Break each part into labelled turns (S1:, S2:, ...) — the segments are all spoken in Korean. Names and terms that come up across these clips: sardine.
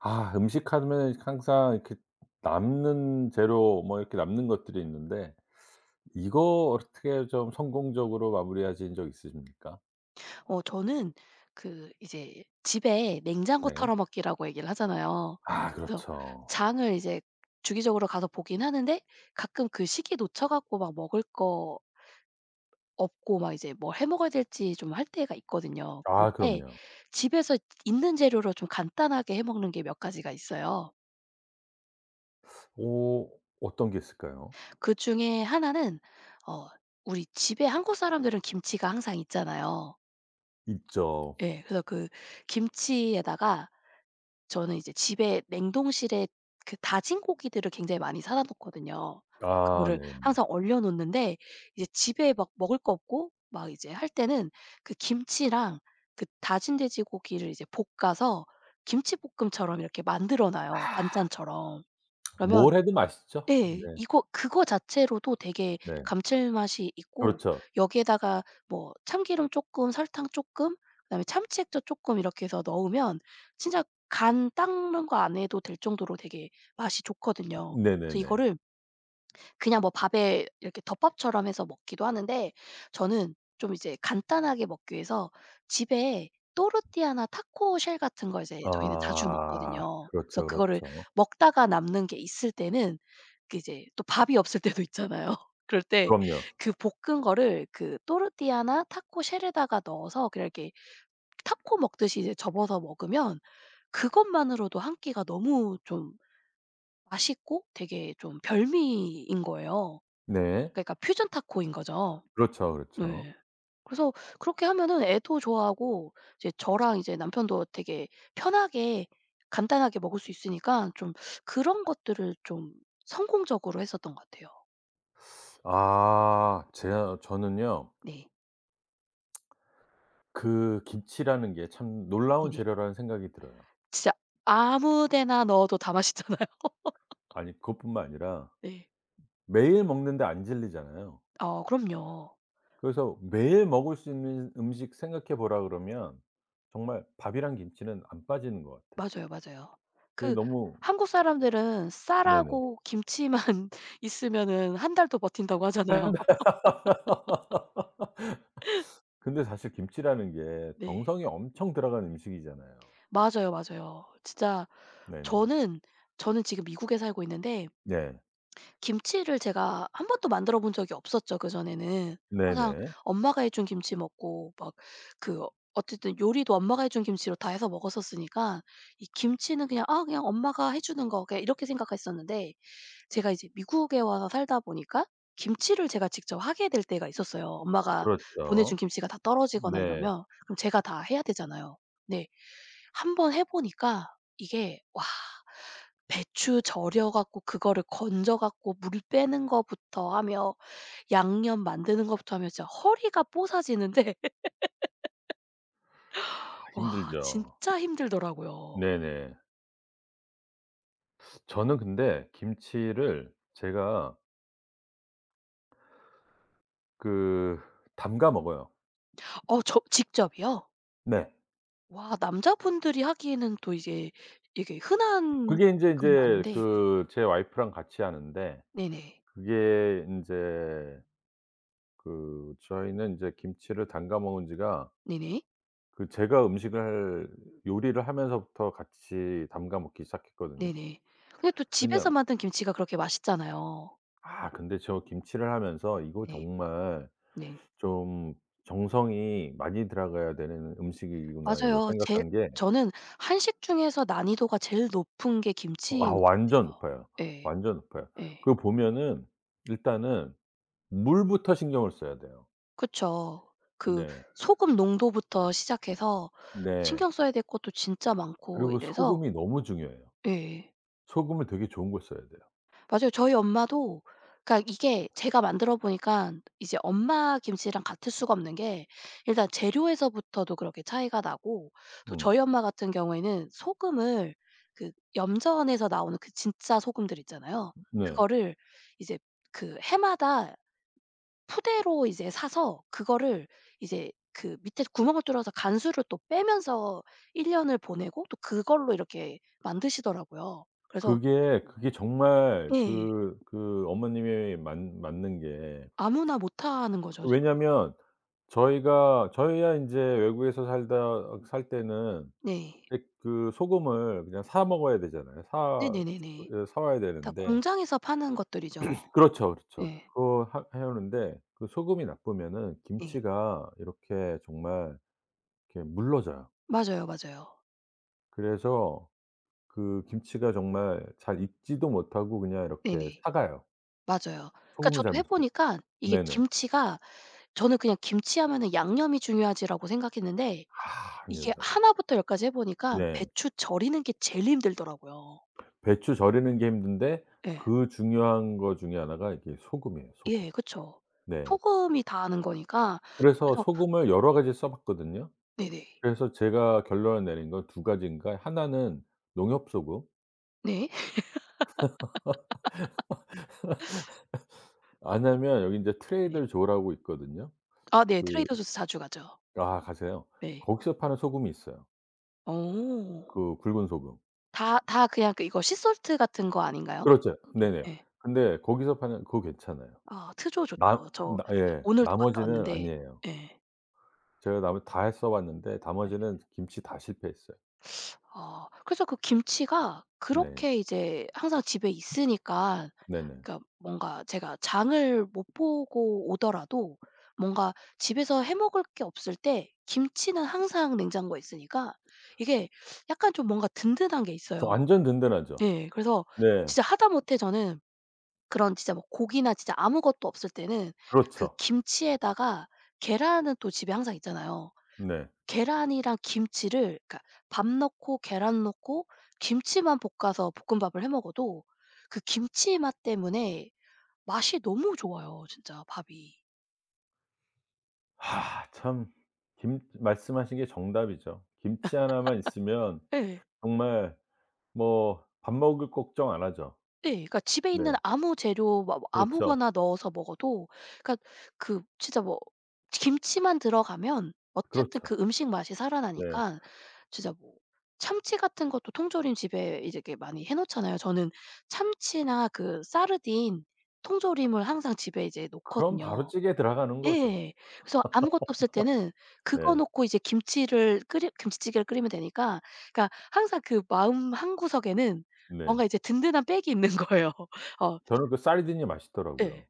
S1: 아 음식 하면 항상 이렇게 남는 재료 뭐 이렇게 남는 것들이 있는데 이거 어떻게 좀 성공적으로 마무리하신 적 있으십니까?
S2: 저는 그 이제 집에 냉장고
S1: 네.
S2: 털어먹기라고 얘기를 하잖아요.
S1: 아
S2: 그래서
S1: 그렇죠.
S2: 장을 이제 주기적으로 가서 보긴 하는데 가끔 그 시기 놓쳐 갖고 막 먹을 거 없고 막 이제 뭘 해 먹어야 될지 좀 할 때가 있거든요. 그럴
S1: 아
S2: 때
S1: 그럼요.
S2: 집에서 있는 재료로 좀 간단하게 해 먹는 게 몇 가지가 있어요.
S1: 오 어떤 게 있을까요?
S2: 그중에 하나는 어 우리 집에 한국 사람들은 김치가 항상 있잖아요.
S1: 있죠.
S2: 예. 그래서 그 김치에다가 저는 이제 집에 냉동실에 그 다진 고기들을 굉장히 많이 사다 놓거든요.
S1: 아
S2: 그거를 항상
S1: 네.
S2: 얼려 놓는데 이제 집에 막 먹을 거 없고 막 이제 할 때는 그 김치랑 그 다진 돼지고기를 이제 볶아서 김치볶음처럼 이렇게 만들어 놔요, 반찬처럼. 그러면
S1: 뭘 해도 맛있죠.
S2: 네,
S1: 네.
S2: 이거 그거 자체로도 되게
S1: 네.
S2: 감칠맛이 있고
S1: 그렇죠.
S2: 여기에다가 뭐 참기름 쪼끔 설탕 쪼끔 그다음에 참치액젓 쪼끔 이렇게 해서 넣으면 진짜 간 닦는 거 안 해도 될 정도로 되게 맛이 좋거든요. 그래서
S1: 네네네.
S2: 이거를 그냥 뭐 밥에 이렇게 덮밥처럼 해서 먹기도 하는데 저는 좀 이제 간단하게 먹기 위해서 집에 또르띠아나 타코 쉘 같은 거 이제 저희는 자주
S1: 아
S2: 먹거든요. 그래서
S1: 그렇죠,
S2: 그거를
S1: 그렇죠.
S2: 먹다가 남는 게 있을 때는 그 이제 또 밥이 없을 때도 있잖아요. 그럴 때
S1: 그럼요.
S2: 그 볶은 거를 그 또르띠아나 타코 쉘에다가 넣어서 그냥 이렇게 타코 먹듯이 이제 접어서 먹으면 그것만으로도 한 끼가 너무 좀 맛있고 되게 좀 별미인 거예요.
S1: 네.
S2: 그러니까 퓨전 타코인 거죠.
S1: 그렇죠, 그렇죠.
S2: 네. 그래서 그렇게 하면은 애도 좋아하고 이제 저랑 이제 남편도 되게 편하게 간단하게 먹을 수 있으니까 좀 그런 것들을 좀 성공적으로 했었던 것 같아요.
S1: 아 제가 저는요.
S2: 네.
S1: 그 김치라는 게 참 놀라운
S2: 네네.
S1: 재료라는 생각이 들어요.
S2: 진짜 아무 데나 넣어도 다 맛있잖아요.
S1: 아니, 그것뿐만 아니라
S2: 네.
S1: 매일 먹는데 안 질리잖아요.
S2: 어 그럼요.
S1: 그래서 매일 먹을 수 있는 음식 생각해 보라 그러면 정말 밥이랑 김치는 안 빠지는 것 같아요.
S2: 맞아요, 맞아요.
S1: 그게
S2: 그
S1: 너무.
S2: 한국 사람들은
S1: 네네.
S2: 쌀하고 김치만 있으면은 한 달도 버틴다고 하잖아요.
S1: 한다. 근데 사실 김치라는 게
S2: 네.
S1: 정성이 엄청 들어간 음식이잖아요.
S2: 맞아요, 맞아요. 진짜
S1: 네네.
S2: 저는 저는 지금 미국에 살고 있는데
S1: 네.
S2: 김치를 제가 한 번도 만들어 본 적이 없었죠 그전에는. 항상
S1: 네네.
S2: 엄마가 해준 김치 먹고 막 그 어쨌든 요리도 엄마가 해준 김치로 다 해서 먹었었으니까 이 김치는 그냥 '아 그냥 엄마가 해 주는 거.' 그냥 이렇게 생각했었는데 제가 이제 미국에 와서 살다 보니까 김치를 제가 직접 하게 될 때가 있었어요. 엄마가 보내 준
S1: 그렇죠.
S2: 김치가 다 떨어지거나
S1: 네.
S2: 이러면 그럼 제가 다 해야 되잖아요. 네. 한번 해 보니까 이게 와 배추 절여 갖고 그거를 건져 갖고 물 빼는 거부터 하며 양념 만드는 것부터 하며 진짜 허리가 뽀사지는데
S1: 아
S2: 와
S1: 힘들죠.
S2: 진짜 힘들더라고요.
S1: 네네. 저는 근데 김치를 제가 그 담가 먹어요.
S2: 어 저 직접이요?
S1: 네.
S2: 와 남자분들이 하기에는 또 이제 이게 흔한
S1: 그게 인제
S2: 건
S1: 인제
S2: 아닌데
S1: 그 제 와이프랑 같이 하는데,
S2: 네네.
S1: 그게 인제 그 저희는 인제 김치를 담가 먹은 지가,
S2: 네네.
S1: 그 제가 음식을 요리를 하면서부터 같이 담가 먹기 시작했거든요.
S2: 네네. 근데 또 집에서
S1: 왜냐면,
S2: 만든 김치가 그렇게 맛있잖아요.
S1: 아 근데 저 김치를 하면서 이거
S2: 네.
S1: 정말
S2: 네.
S1: 좀 정성이 많이 들어가야 되는 음식이구나 이걸
S2: 맞아요. 제
S1: 생각한 게,
S2: 저는 한식 중에서 난이도가 제일 높은 게
S1: 아
S2: 김치인 것
S1: 완전
S2: 같아요.
S1: 높아요.
S2: 예.
S1: 완전 높아요.
S2: 예.
S1: 그 보면은 일단은 물부터 신경을 써야 돼요.
S2: 그쵸. 그
S1: 네.
S2: 소금 농도부터 시작해서
S1: 네.
S2: 신경 써야 될 것도 진짜 많고
S1: 그리고
S2: 이래서
S1: 소금이 너무 중요해요.
S2: 예.
S1: 소금을 되게 좋은 걸 써야 돼요.
S2: 맞아요. 저희 엄마도 그러니까 이게 제가 만들어 보니까 이제 엄마 김치랑 같을 수가 없는 게 일단 재료에서부터도 그렇게 차이가 나고 또
S1: 음.
S2: 저희 엄마 같은 경우에는 소금을 그 염전에서 나오는 그 진짜 소금들 있잖아요.
S1: 네.
S2: 그거를 이제 그 해마다 푸대로 이제 사서 그거를 이제 그 밑에 구멍을 뚫어서 간수를 또 빼면서 1년 년을 보내고 또 그걸로 이렇게 만드시더라고요. 그래서
S1: 그게 정말
S2: 예.
S1: 그 어머님이 맞 맞는 게,
S2: 아무나 못 하는 거죠 진짜.
S1: 왜냐면 저희가 저희야 인제 외국에서 살다 살 때는,
S2: 네.
S1: 예 그 소금을 그냥 사 먹어야 되잖아요. 사
S2: 네네네네.
S1: 예. 사 와야
S2: 그러니까
S1: 되는데,
S2: 공장에서 파는 것들이죠.
S1: 그렇죠, 그렇죠.
S2: 예.
S1: 그거 하 해 오는데 그 소금이 나쁘면은
S2: 예
S1: 김치가 이렇게 정말 이렇게 물러져요.
S2: 맞아요, 맞아요.
S1: 그래서 그 김치가 정말 잘 익지도 못하고 그냥 이렇게
S2: 네네.
S1: 삭아요.
S2: 맞아요. 그러니까
S1: 소금을 잘
S2: 저도
S1: 못
S2: 해
S1: 써요.
S2: 보니까 이게
S1: 네네.
S2: 김치가 저는 그냥 '김치 하면은 양념이 중요하지.'라고 생각했는데
S1: 아
S2: 이게
S1: 아닙니다.
S2: 하나 부터 열 까지 해 보니까
S1: 네.
S2: 배추 절이는 게 제일 힘들더라고요.
S1: 배추 절이는 게 힘든데
S2: 예.
S1: 그 중요한 거 중에 하나가 이게 소금이에요, 소금.
S2: 예 그쵸.
S1: 네.
S2: 소금이 다 아는 거니까.
S1: 그래서
S2: 그래서
S1: 소금을 여러 가지 써 봤거든요.
S2: 네네.
S1: 그래서 제가 결론을 내린 건 두 가지인가. 하나는 농협소금.
S2: 네. 네.
S1: 아냐면 여기 인제 트레이더 조라고 있거든요.
S2: 아 네.
S1: 그,
S2: 트레이더 조스 자주 가죠.
S1: 아 가세요?
S2: 네.
S1: 거기서 파는 소금이 있어요,
S2: 어.
S1: 그 굵은 소금.
S2: 다 다 그냥 그 이거 씨솔트 같은 거 아닌가요?
S1: 그렇죠. 네네.
S2: 예.
S1: 근데 거기서 파는 그거 괜찮아요.
S2: 아 트조 좋죠.
S1: 나
S2: 저
S1: 나 예.
S2: 오늘도 갔다
S1: 나머지는
S2: 왔는데
S1: 아니에요.
S2: 예.
S1: 제가 나머 다 해 써 봤는데 나머지는 김치 다 실패했어요.
S2: 아 그래서 그 김치가
S1: 네.
S2: 그렇게 이제 항상 집에 있으니까
S1: 네네.
S2: 그러니까 뭔가 제가 장을 못 보고 오더라도 뭔가 집에서 해 먹을 게 없을 때 김치는 항상 냉장고에 있으니까 이게 약간 좀 뭔가 든든한 게
S1: 그
S2: 있어요.
S1: 완전 든든하죠.
S2: 예. 그래서
S1: 네.
S2: 진짜 하다못해 저는 그런 진짜 뭐 고기나 진짜 아무것도 없을 때는 그
S1: 그렇죠.
S2: 김치에다가 계란은 또 집에 항상 있잖아요.
S1: 네.
S2: 계란이랑 김치를 그러니까 밥 넣고 계란 넣고 김치만 볶아서 볶음밥을 해 먹어도 그 김치 맛 때문에 맛이 너무 좋아요 진짜 밥이.
S1: 아 참, 김 말씀하신 게 정답이죠. 김치 하나만 있으면
S2: 예.
S1: 정말 뭐 밥 먹을 걱정 안 하죠.
S2: 예. 그러니까 집에 있는
S1: 네.
S2: 아무 재료 뭐
S1: 그렇죠,
S2: 아무거나 넣어서 먹어도 그러니까 그 진짜 뭐 김치만 들어가면 어쨌든
S1: 그렇죠.
S2: 그 음식 맛이
S1: 네.
S2: 살아나니까 진짜 뭐 참치 같은 것도 통조림 집에 이제 이렇게 많이 해 놓잖아요. 저는 참치나 그 사르딘 통조림을 항상 집에 이제
S1: 그럼
S2: 놓거든요.
S1: 바로 찌개에 들어가는 거죠.
S2: 예. 그래서 아무것도 없을 때는 그거
S1: 네.
S2: 놓고 이제 김치를 끓이 김치찌개를 끓이면 되니까 그러니까 항상 그 마음 한구석에는
S1: 네.
S2: 뭔가 이제 든든한 백이 있는 거예요. 어
S1: 저는 그 쌀이든지
S2: 예.
S1: 맛있더라고요.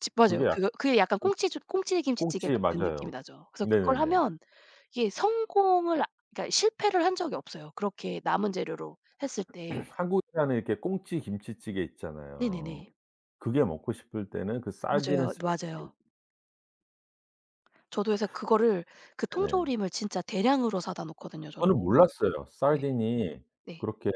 S2: 지 맞아요.
S1: 그게
S2: 그거 그게 약간
S1: 그
S2: 꽁치죽 꽁치 김치찌개
S1: 꽁치
S2: 같은 느낌이
S1: 맞아요.
S2: 나죠. 그래서 그걸
S1: 네네네.
S2: 하면 이게 성공을 아 그러니까 실패를 한 적이 없어요, 그렇게 남은 재료로 했을 때.
S1: 한국에는 이렇게 꽁치 김치찌개 있잖아요.
S2: 네네네.
S1: 그게 먹고 싶을 때는 그 s a r d i n
S2: 맞아요.
S1: e
S2: 맞아요. 저도 그래서 그거를 그
S1: 네네.
S2: 통조림을 진짜 대량으로 사다 놓거든요, 저도.
S1: 저는 몰랐어요.
S2: 네.
S1: sardine이
S2: 네.
S1: 그렇게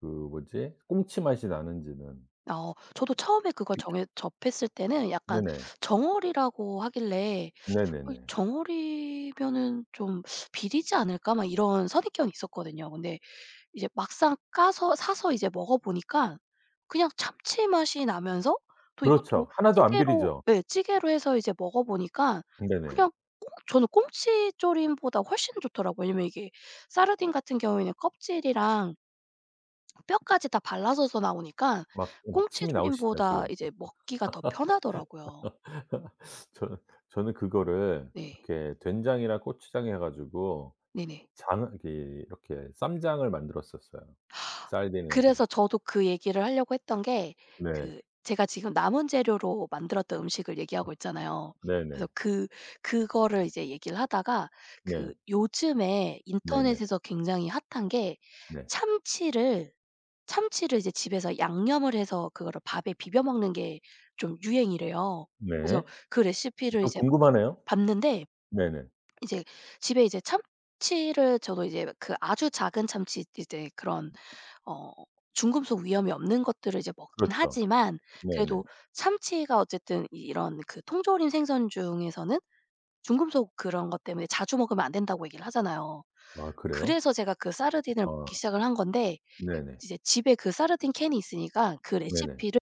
S1: 그 뭐지, 꽁치 맛이 나는지는.
S2: 어 저도 처음에 그걸 정해 접했을 때는 약간
S1: 네네.
S2: 정어리라고 하길래 '어이
S1: 네네네.
S2: 정어리면은 좀 비리지 않을까?' 막 이런 선입견이 있었거든요. 근데 이제 막상 까서 사서 이제 먹어 보니까 그냥 참치 맛이 나면서 또 이것도
S1: 그렇죠. 하나도 안
S2: 찌개로
S1: 비리죠.
S2: 예 찌개로 해서 이제 먹어 보니까
S1: 네네.
S2: 그냥 꽁 저는 꽁치조림보다 훨씬 좋더라고요. 왜냐면 이게 사르딘 같은 경우에는 껍질이랑 뼈까지 다 발라져서 나오니까
S1: 막 막 침이 나오시죠
S2: 꽁치조림보다
S1: 지금.
S2: 이제 먹기가 더 편하더라고요.
S1: 저는 저는 그거를
S2: 네.
S1: 이렇게 된장이랑 고추장 해 가지고
S2: 네네.
S1: 장을 이렇게, 이렇게 쌈장을 만들었었어요. sardine 가지고.
S2: 그래서 저도 그 얘기를 하려고 했던 게
S1: 네.
S2: 그 제가 지금 남은 재료로 만들었던 음식을 얘기하고 있잖아요.
S1: 네네.
S2: 그래서 그 그거를 이제 얘기를 하다가
S1: 네.
S2: 그 요즘에
S1: 네네.
S2: 인터넷에서 굉장히 핫한 게
S1: 네.
S2: 참치를 참치를 이제 집에서 양념을 해서 그거를 밥에 비벼 먹는 게 좀 유행이래요. 그래서
S1: 네.
S2: 그 레시피를
S1: 좀
S2: 이제 막
S1: 궁금하네요.
S2: 봤는데
S1: 네네.
S2: 이제 집에 이제 참치를 저도 이제 그 아주 작은 참치 이제 그런 어 중금속 위험이 없는 것들을 이제 먹긴
S1: 그렇죠.
S2: 하지만
S1: 네네.
S2: 그래도 참치가 어쨌든 이 이런 그 통조림 생선 중에서는 중금속 그런 것 때문에 자주 먹으면 안 된다고 얘기를 하잖아요.
S1: 아 그래요?
S2: 그래서 제가 그 사르딘을
S1: 아
S2: 먹기 시작을 한 건데
S1: 네네.
S2: 이제 집에 그 사르딘 캔이 있으니까 그
S1: 네네.
S2: 레시피를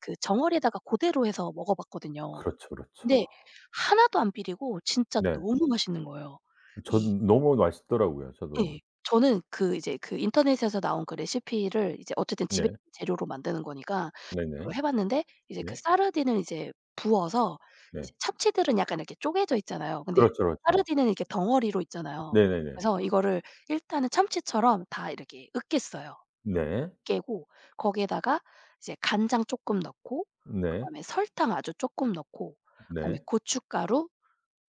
S2: 그 정어리에다가 그대로 해서 먹어 봤거든요.
S1: 그렇죠, 그렇죠.
S2: 근데 하나도 안 비리고 진짜
S1: 네.
S2: 너무 맛있는 거예요.
S1: 저
S2: 이
S1: 너무 맛있더라고요 저도.
S2: 예. 저는 그 이제 그 인터넷에서 나온 그 레시피를 이제 어쨌든 집에
S1: 네.
S2: 있는 재료로 만드는 거니까 그걸
S1: 네네.
S2: 해 봤는데 이제 그
S1: 네.
S2: 사르딘을 이제 부어서 이제
S1: 네.
S2: 참치들은 약간 이렇게 쪼개져 있잖아요. 근데
S1: 그렇죠, 그렇죠.
S2: 사르딘은 이렇게 덩어리로 있잖아요.
S1: 네네네.
S2: 그래서 이거를 일단은 참치처럼 다 이렇게 으깼어요.
S1: 네.
S2: 으깨고 거기에다가 이제 간장 쪼끔 넣고
S1: 네.
S2: 그다음에 설탕 아주 쪼끔 넣고 그다음에
S1: 네.
S2: 고춧가루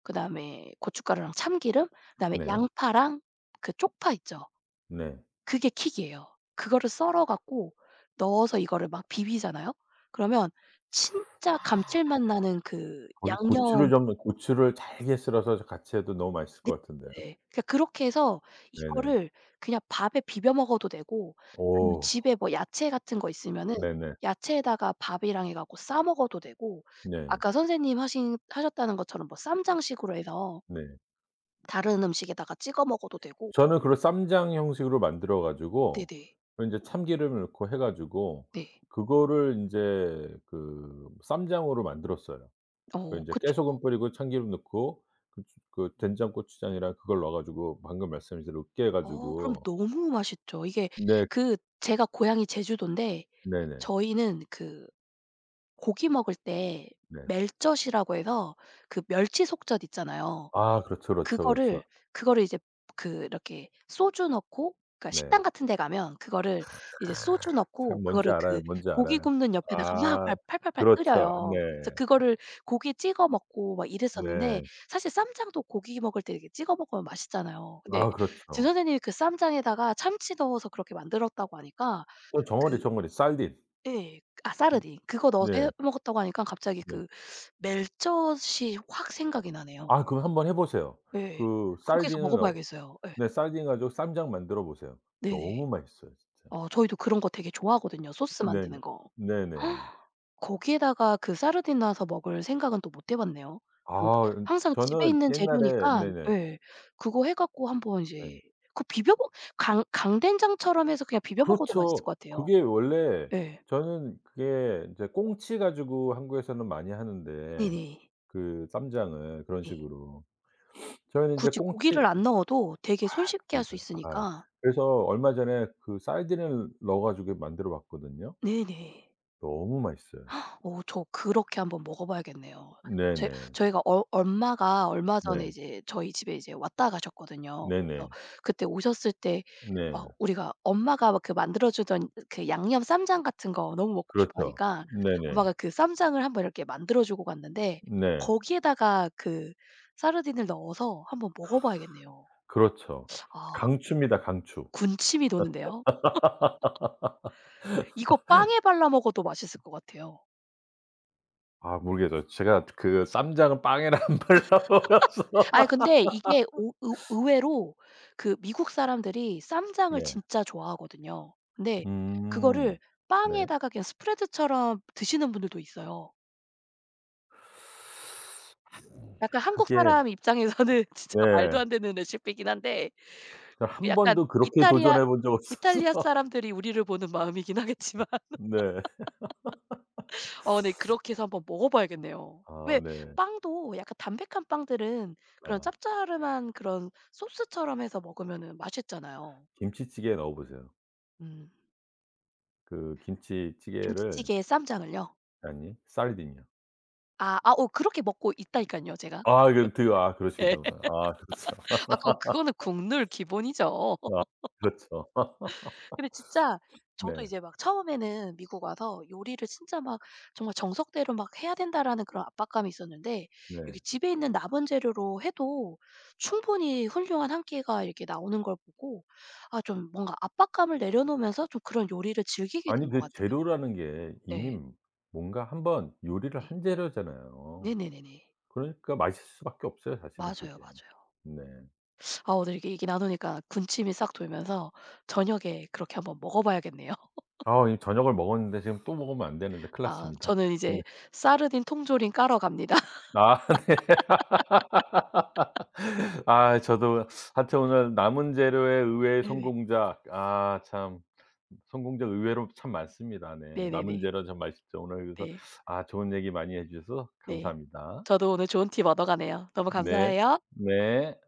S2: 그다음에 고춧가루랑 참기름 그다음에
S1: 네.
S2: 양파랑 그 쪽파 있죠.
S1: 네.
S2: 그게 킥이에요. 그거를 썰어 갖고 넣어서 이거를 막 비비잖아요. 그러면 진짜 감칠맛 나는 그
S1: 거기 고추를
S2: 양념
S1: 좀 고추를 잘게 썰어서 같이 해도 너무 맛있을 것 같은데요.
S2: 네네네. 그러니까 그렇게 해서
S1: 네네.
S2: 이거를 그냥 밥에 비벼 먹어도 되고 아니면
S1: 오.
S2: 집에 뭐 야채 같은 거 있으면은
S1: 네네.
S2: 야채에다가 밥이랑 해 갖고 싸 먹어도 되고
S1: 네.
S2: 아까 선생님 하신 하셨다는 것처럼 뭐 쌈장식으로 해서
S1: 네.
S2: 다른 음식에다가 찍어 먹어도 되고
S1: 저는 그걸 쌈장 형식으로 만들어 가지고
S2: 네네.
S1: 그 인제 참기름을 넣고 해 가지고
S2: 네. 네.
S1: 그거를 인제 그 쌈장으로 만들었어요. 그
S2: 어
S1: 인제
S2: 그쵸.
S1: 깨소금 뿌리고 참기름 넣고 그 주 그 된장, 고추장이랑 그걸 넣어 가지고 방금 말씀하신 대로 으깨
S2: 어 그럼
S1: 가지고.
S2: 너무 맛있죠. 이게
S1: 네.
S2: 그 제가 고향이 제주도인데
S1: 네네.
S2: 저희는 그 고기 먹을 때
S1: 네.
S2: 멜젓이라고 해서 그 멸치 속젓 있잖아요.
S1: 아 그렇죠, 그렇죠, 그렇죠.
S2: 그거를 그거를 이제 그 이렇게 소주 넣고 그러니까
S1: 네.
S2: 식당 같은 데 가면 그거를 이제 소주 넣고
S1: 참, 뭔지
S2: 그거를
S1: 알아요,
S2: 그
S1: 뭔지
S2: 고기
S1: 알아요.
S2: 굽는 옆에다가 막
S1: 아
S2: 발 팔팔팔
S1: 그렇죠. 네.
S2: 끓여요. 그래서 그거를 고기에 찍어 먹고 막 이랬었는데
S1: 네.
S2: 사실 쌈장도 고기 먹을 때 이렇게 찍어 먹으면 맛있잖아요. 근데
S1: 아
S2: 진
S1: 그렇죠.
S2: 선생님이 그 쌈장에다가 참치 넣어서 그렇게 만들었다고 하니까
S1: 또 정어리,
S2: 그
S1: 정어리 쌀딘.
S2: 예. 아
S1: 음.
S2: 사르딘. 그거 넣어서 해
S1: 네.
S2: 먹었다고 하니까 갑자기
S1: 네.
S2: 그 멜젓이 확 생각이 나네요.
S1: 아 그럼 한번 해 보세요.
S2: 예.
S1: 그
S2: 그렇게 해서 먹어
S1: 사르딘을 어.
S2: 봐야겠어요. 예.
S1: 네, 사르딘 가지고 쌈장 만들어 보세요.
S2: 네네.
S1: 너무 맛있어요 진짜.
S2: 어 저희도 그런 거 되게 좋아하거든요, 소스 만드는
S1: 네네.
S2: 거.
S1: 네네.
S2: 거기에다가 그 사르딘 넣어서 먹을 생각은 또 못해 봤네요. 그
S1: 아
S2: 항상 집에
S1: 저는
S2: 있는
S1: 옛날에.
S2: 재료니까
S1: 네네.
S2: 예. 그거 해 갖고 한번
S1: 네.
S2: 이제 그 비벼 먹 강 강된장처럼 해서 그냥 비벼 먹어도 맛있을
S1: 그렇죠.
S2: 것 같아요.
S1: 그게 원래
S2: 예.
S1: 저는 그게 인제 꽁치 가지고 한국에서는 많이 하는데,
S2: 네네.
S1: 그 쌈장을 그런
S2: 네.
S1: 식으로. 저희는 인제
S2: 굳이
S1: 꽁치
S2: 고기를 안 넣어도 되게 손쉽게 할
S1: 뭐.
S2: 수
S1: 아
S2: 있으니까.
S1: 그래서 얼마 전에 그 사르딘을 넣어 가지고 만들어 봤거든요.
S2: 네네.
S1: 너무 맛있어요.
S2: 어 저 그렇게 한번 먹어 봐야겠네요. 제
S1: 네네.
S2: 저희가 어 엄마가 얼마 전에
S1: 네.
S2: 이제 저희 집에 이제 왔다 가셨거든요. 그래서
S1: 네네.
S2: 그때 오셨을 때
S1: 네.
S2: 막 우리가 엄마가 막 그 만들어 주던 그 양념 쌈장 같은 거 너무 먹고 싶어
S1: 그렇죠.
S2: 하니까
S1: 네네.
S2: 엄마가 그 쌈장을 한번 이렇게 만들어 주고 갔는데
S1: 네.
S2: 거기에다가 그 사르딘을 넣어서 한번 먹어 봐야겠네요.
S1: 그렇죠.
S2: 아
S1: 강추입니다, 강추.
S2: 군침이 도는데요. 이거 빵에 발라 먹어도 맛있을 것 같아요.
S1: 아 모르겠어요. 제가 그 쌈장은 빵에랑 안 발라 먹어서.
S2: 아니 근데 이게 오 의 의외로 그 미국 사람들이 쌈장을
S1: 네.
S2: 진짜 좋아하거든요. 근데
S1: 음.
S2: 그거를
S1: 네.
S2: 빵에다가 그냥 스프레드처럼 드시는 분들도 있어요. 약간 한국
S1: 그게.
S2: 사람 입장에서는 진짜 말도
S1: 네.
S2: 안 되는 레시피이긴 한데
S1: 저
S2: 그
S1: 한
S2: 약간
S1: 번도 그렇게
S2: 이탈리아
S1: 도전해 본 적 없어서.
S2: 이탈리아 사람들이 우리를 보는 마음이긴 하겠지만
S1: 네.
S2: 어 네 그렇게 해서 한번 먹어 봐야겠네요.
S1: 아
S2: 왜
S1: 네.
S2: 빵도 약간 담백한 빵들은 그런
S1: 아
S2: 짭짤름한 그런 소스처럼 해서 먹으면 맛있잖아요.
S1: 김치찌개에 넣어 보세요.
S2: 음.
S1: 그 김치찌개를.
S2: 김치찌개에 쌈장을요?
S1: 아니, 살디뇨.
S2: 아 아 어 그렇게 먹고 있다니까요 제가.
S1: 아 이거 드 아
S2: 예.
S1: 그러시구나. 아 그렇죠.
S2: 아 그거 그거는 국룰 기본이죠.
S1: 아 그렇죠.
S2: 근데 진짜 저도
S1: 네.
S2: 이제 막 처음에는 미국 와서 요리를 진짜 막 정말 '정석대로 막 해야 된다.'라는 그런 압박감이 있었는데 이렇게
S1: 네.
S2: 집에 있는 남은 재료로 해도 충분히 훌륭한 한 끼가 이렇게 나오는 걸 보고 아 좀 뭔가 압박감을 내려놓으면서 좀 그런 요리를 즐기게
S1: 아니
S2: 된 것
S1: 그
S2: 같아요.
S1: 재료라는 게
S2: 네.
S1: 이미 뭔가 한번 요리를
S2: 네.
S1: 한 재료잖아요.
S2: 네네네네.
S1: 그러니까 맛있을 수밖에 없어요 사실은
S2: 맞아요,
S1: 그게.
S2: 맞아요.
S1: 네.
S2: 아 오늘 이렇게 얘기 나누니까 군침이 싹 돌면서 저녁에 그렇게 한번 먹어봐야겠네요.
S1: 아 이 저녁을 먹었는데 지금 또 먹으면 안 되는데 큰일
S2: 아
S1: 났습니다.
S2: 저는
S1: 네.
S2: 이제 사르딘 통조림 깔아 갑니다.
S1: 아 네. 아 저도 하여튼 오늘 남은 재료의 의외의
S2: 네네.
S1: 성공작. 아 참 성공작 의외로 참 많습니다. 네. 남은
S2: 네네네.
S1: 재료 참 맛있죠. 오늘 그래서,
S2: 네.
S1: 아 좋은 얘기 많이 해 주셔서
S2: 네.
S1: 감사합니다.
S2: 저도 오늘 좋은 팁 얻어가네요. 너무
S1: 네.
S2: 감사해요.
S1: 네.